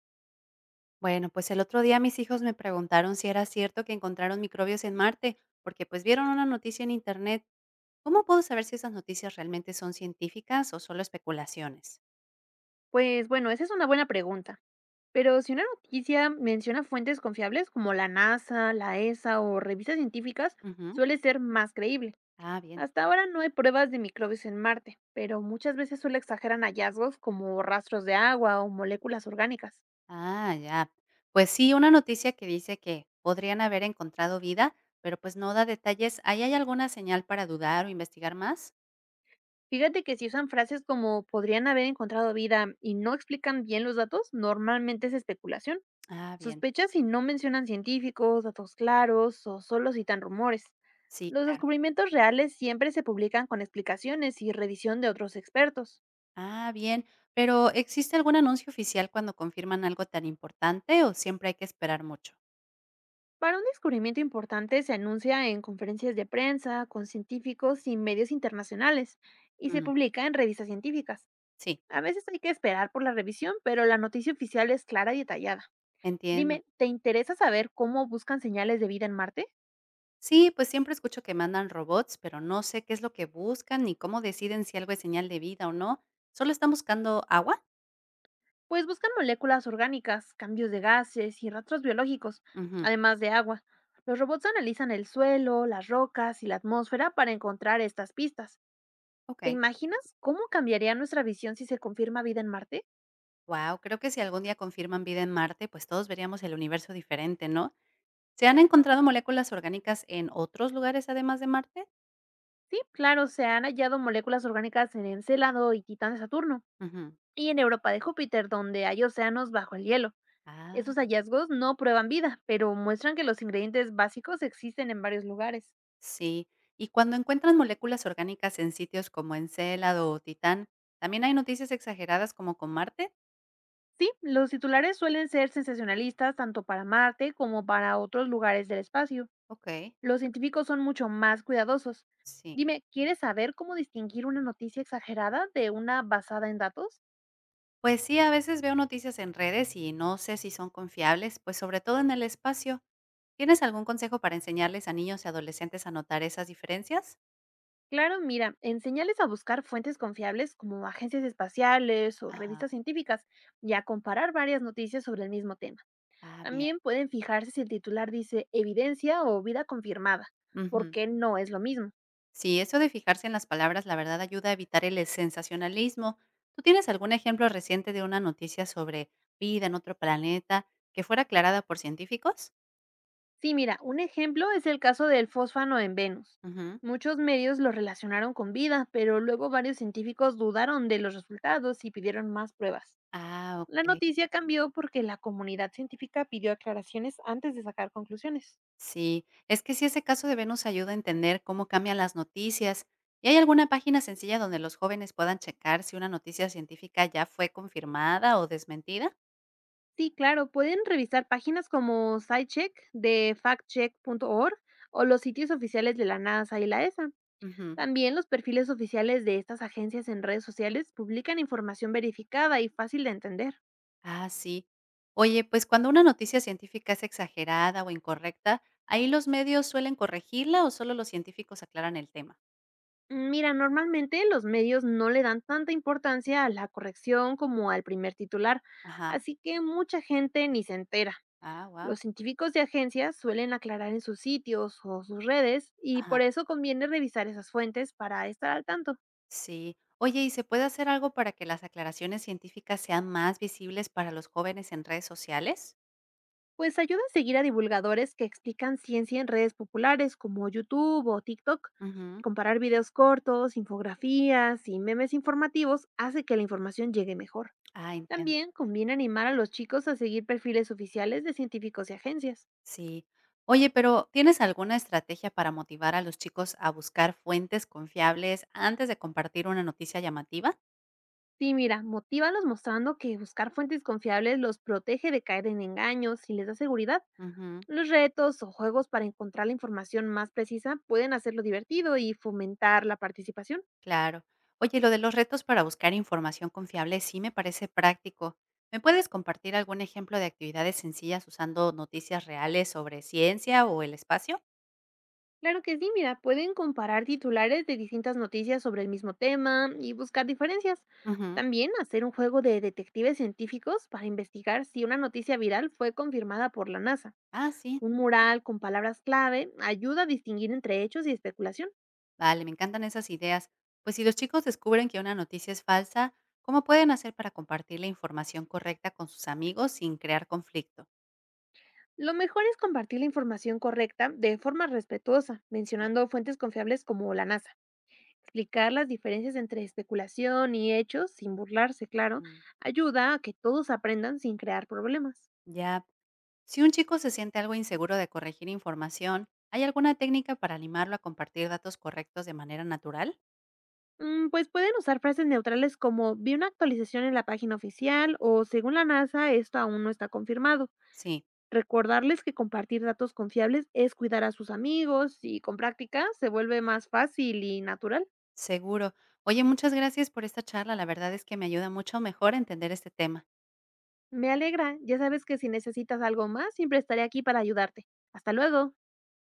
Bueno, pues el otro día mis hijos me preguntaron si era cierto que encontraron microbios en Marte, porque pues vieron una noticia en Internet. ¿Cómo puedo saber si esas noticias realmente son científicas o solo especulaciones? Pues bueno, esa es una buena pregunta. Pero si una noticia menciona fuentes confiables como la NASA, la ESA o revistas científicas, Ujú. suele ser más creíble. Ah, bien. Hasta ahora no hay pruebas de microbios en Marte, pero muchas veces solo exageran hallazgos como rastros de agua o moléculas orgánicas. Ah, ya. Pues sí, una noticia que dice que podrían haber encontrado vida, pero pues no da detalles. ¿Ahí hay alguna señal para dudar o investigar más? Fíjate que si usan frases como podrían haber encontrado vida y no explican bien los datos, normalmente es especulación. Ah, bien. Sospecha si no mencionan científicos, datos claros o solo citan rumores. Sí, Los claro. descubrimientos reales siempre se publican con explicaciones y revisión de otros expertos. Ah, bien. Pero ¿existe algún anuncio oficial cuando confirman algo tan importante o siempre hay que esperar mucho? Para un descubrimiento importante se anuncia en conferencias de prensa, con científicos y medios internacionales, y se Mm, publica en revistas científicas. sí. A veces hay que esperar por la revisión, pero la noticia oficial es clara y detallada. Entiendo. Dime, ¿te interesa saber cómo buscan señales de vida en Marte? Sí, pues siempre escucho que mandan robots, pero no sé qué es lo que buscan ni cómo deciden si algo es señal de vida o no. ¿Solo están buscando agua? Pues buscan moléculas orgánicas, cambios de gases y rastros biológicos, Ujú. además de agua. Los robots analizan el suelo, las rocas y la atmósfera para encontrar estas pistas. Ok. ¿Te imaginas cómo cambiaría nuestra visión si se confirma vida en Marte? Wow, creo que si algún día confirman vida en Marte, pues todos veríamos el universo diferente, ¿no? ¿Se han encontrado moléculas orgánicas en otros lugares además de Marte? Sí, claro, se han hallado moléculas orgánicas en Encélado y Titán de Saturno, Ujú. y en Europa de Júpiter, donde hay océanos bajo el hielo. Estos Ah, hallazgos no prueban vida, pero muestran que los ingredientes básicos existen en varios lugares. sí. Y cuando encuentran moléculas orgánicas en sitios como Encélado o Titán, ¿también hay noticias exageradas como con Marte? Sí, los titulares suelen ser sensacionalistas tanto para Marte como para otros lugares del espacio. Ok, Los científicos son mucho más cuidadosos. sí. Dime, ¿quieres saber cómo distinguir una noticia exagerada de una basada en datos? Pues sí, a veces veo noticias en redes y no sé si son confiables, pues sobre todo en el espacio. ¿Tienes algún consejo para enseñarles a niños y adolescentes a notar esas diferencias? Claro, mira, enséñales a buscar fuentes confiables como agencias espaciales o Ajá. revistas científicas y a comparar varias noticias sobre el mismo tema. Ah, bien. También pueden fijarse si el titular dice evidencia o vida confirmada, Ujú. porque no es lo mismo. Sí, eso de fijarse en las palabras, la verdad, ayuda a evitar el sensacionalismo. ¿Tú tienes algún ejemplo reciente de una noticia sobre vida en otro planeta que fuera aclarada por científicos? Sí, mira, un ejemplo es el caso del fósfano en Venus. Ujú. Muchos medios lo relacionaron con vida, pero luego varios científicos dudaron de los resultados y pidieron más pruebas. Ah, La ok. noticia cambió porque la comunidad científica pidió aclaraciones antes de sacar conclusiones. Sí, es que sí, ese caso de Venus ayuda a entender cómo cambian las noticias. ¿Y hay alguna página sencilla donde los jóvenes puedan checar si una noticia científica ya fue confirmada o desmentida? Sí, claro, pueden revisar páginas como SciCheck de factcheck.org o los sitios oficiales de la NASA y la ESA. Ujú. También los perfiles oficiales de estas agencias en redes sociales publican información verificada y fácil de entender. Ah, sí. Oye, pues cuando una noticia científica es exagerada o incorrecta, ¿ahí los medios suelen corregirla o solo los científicos aclaran el tema? Mira, normalmente los medios no le dan tanta importancia a la corrección como al primer titular, Ajá. así que mucha gente ni se entera. Ah, Los wow. científicos de agencias suelen aclarar en sus sitios o sus redes y Ajá. por eso conviene revisar esas fuentes para estar al tanto. Sí. Oye, ¿y se puede hacer algo para que las aclaraciones científicas sean más visibles para los jóvenes en redes sociales? Pues ayuda a seguir a divulgadores que explican ciencia en redes populares como YouTube o TikTok. Ujú. Comparar videos cortos, infografías y memes informativos hace que la información llegue mejor. Ah, entiendo. También conviene animar a los chicos a seguir perfiles oficiales de científicos y agencias. Sí. Oye, pero ¿tienes alguna estrategia para motivar a los chicos a buscar fuentes confiables antes de compartir una noticia llamativa? Sí, mira, motívalos mostrando que buscar fuentes confiables los protege de caer en engaños y les da seguridad. Ujú, Los retos o juegos para encontrar la información más precisa pueden hacerlo divertido y fomentar la participación. claro. Oye, lo de los retos para buscar información confiable sí me parece práctico. ¿Me puedes compartir algún ejemplo de actividades sencillas usando noticias reales sobre ciencia o el espacio? Claro que sí, mira, pueden comparar titulares de distintas noticias sobre el mismo tema y buscar diferencias. Ujú. También hacer un juego de detectives científicos para investigar si una noticia viral fue confirmada por la NASA. Ah, sí. Un mural con palabras clave ayuda a distinguir entre hechos y especulación. Vale, me encantan esas ideas. Pues si los chicos descubren que una noticia es falsa, ¿cómo pueden hacer para compartir la información correcta con sus amigos sin crear conflicto? Lo mejor es compartir la información correcta de forma respetuosa, Sí, mencionando fuentes confiables como la NASA. Explicar las diferencias entre especulación y hechos, sin burlarse, claro, mm, ayuda a que todos aprendan sin crear problemas. ya. Si un chico se siente algo inseguro de corregir información, ¿hay alguna técnica para animarlo a compartir datos correctos de manera natural? Mm, pues pueden usar frases neutrales como vi una actualización en la página oficial o según la NASA esto aún no está confirmado. Sí, Recordarles que compartir datos confiables es cuidar a sus amigos y con práctica se vuelve más fácil y natural. seguro. Oye, muchas gracias por esta charla. La verdad es que me ayuda mucho mejor a entender este tema. Me alegra, ya sabes que si necesitas algo más, siempre estaré aquí para ayudarte. Hasta luego.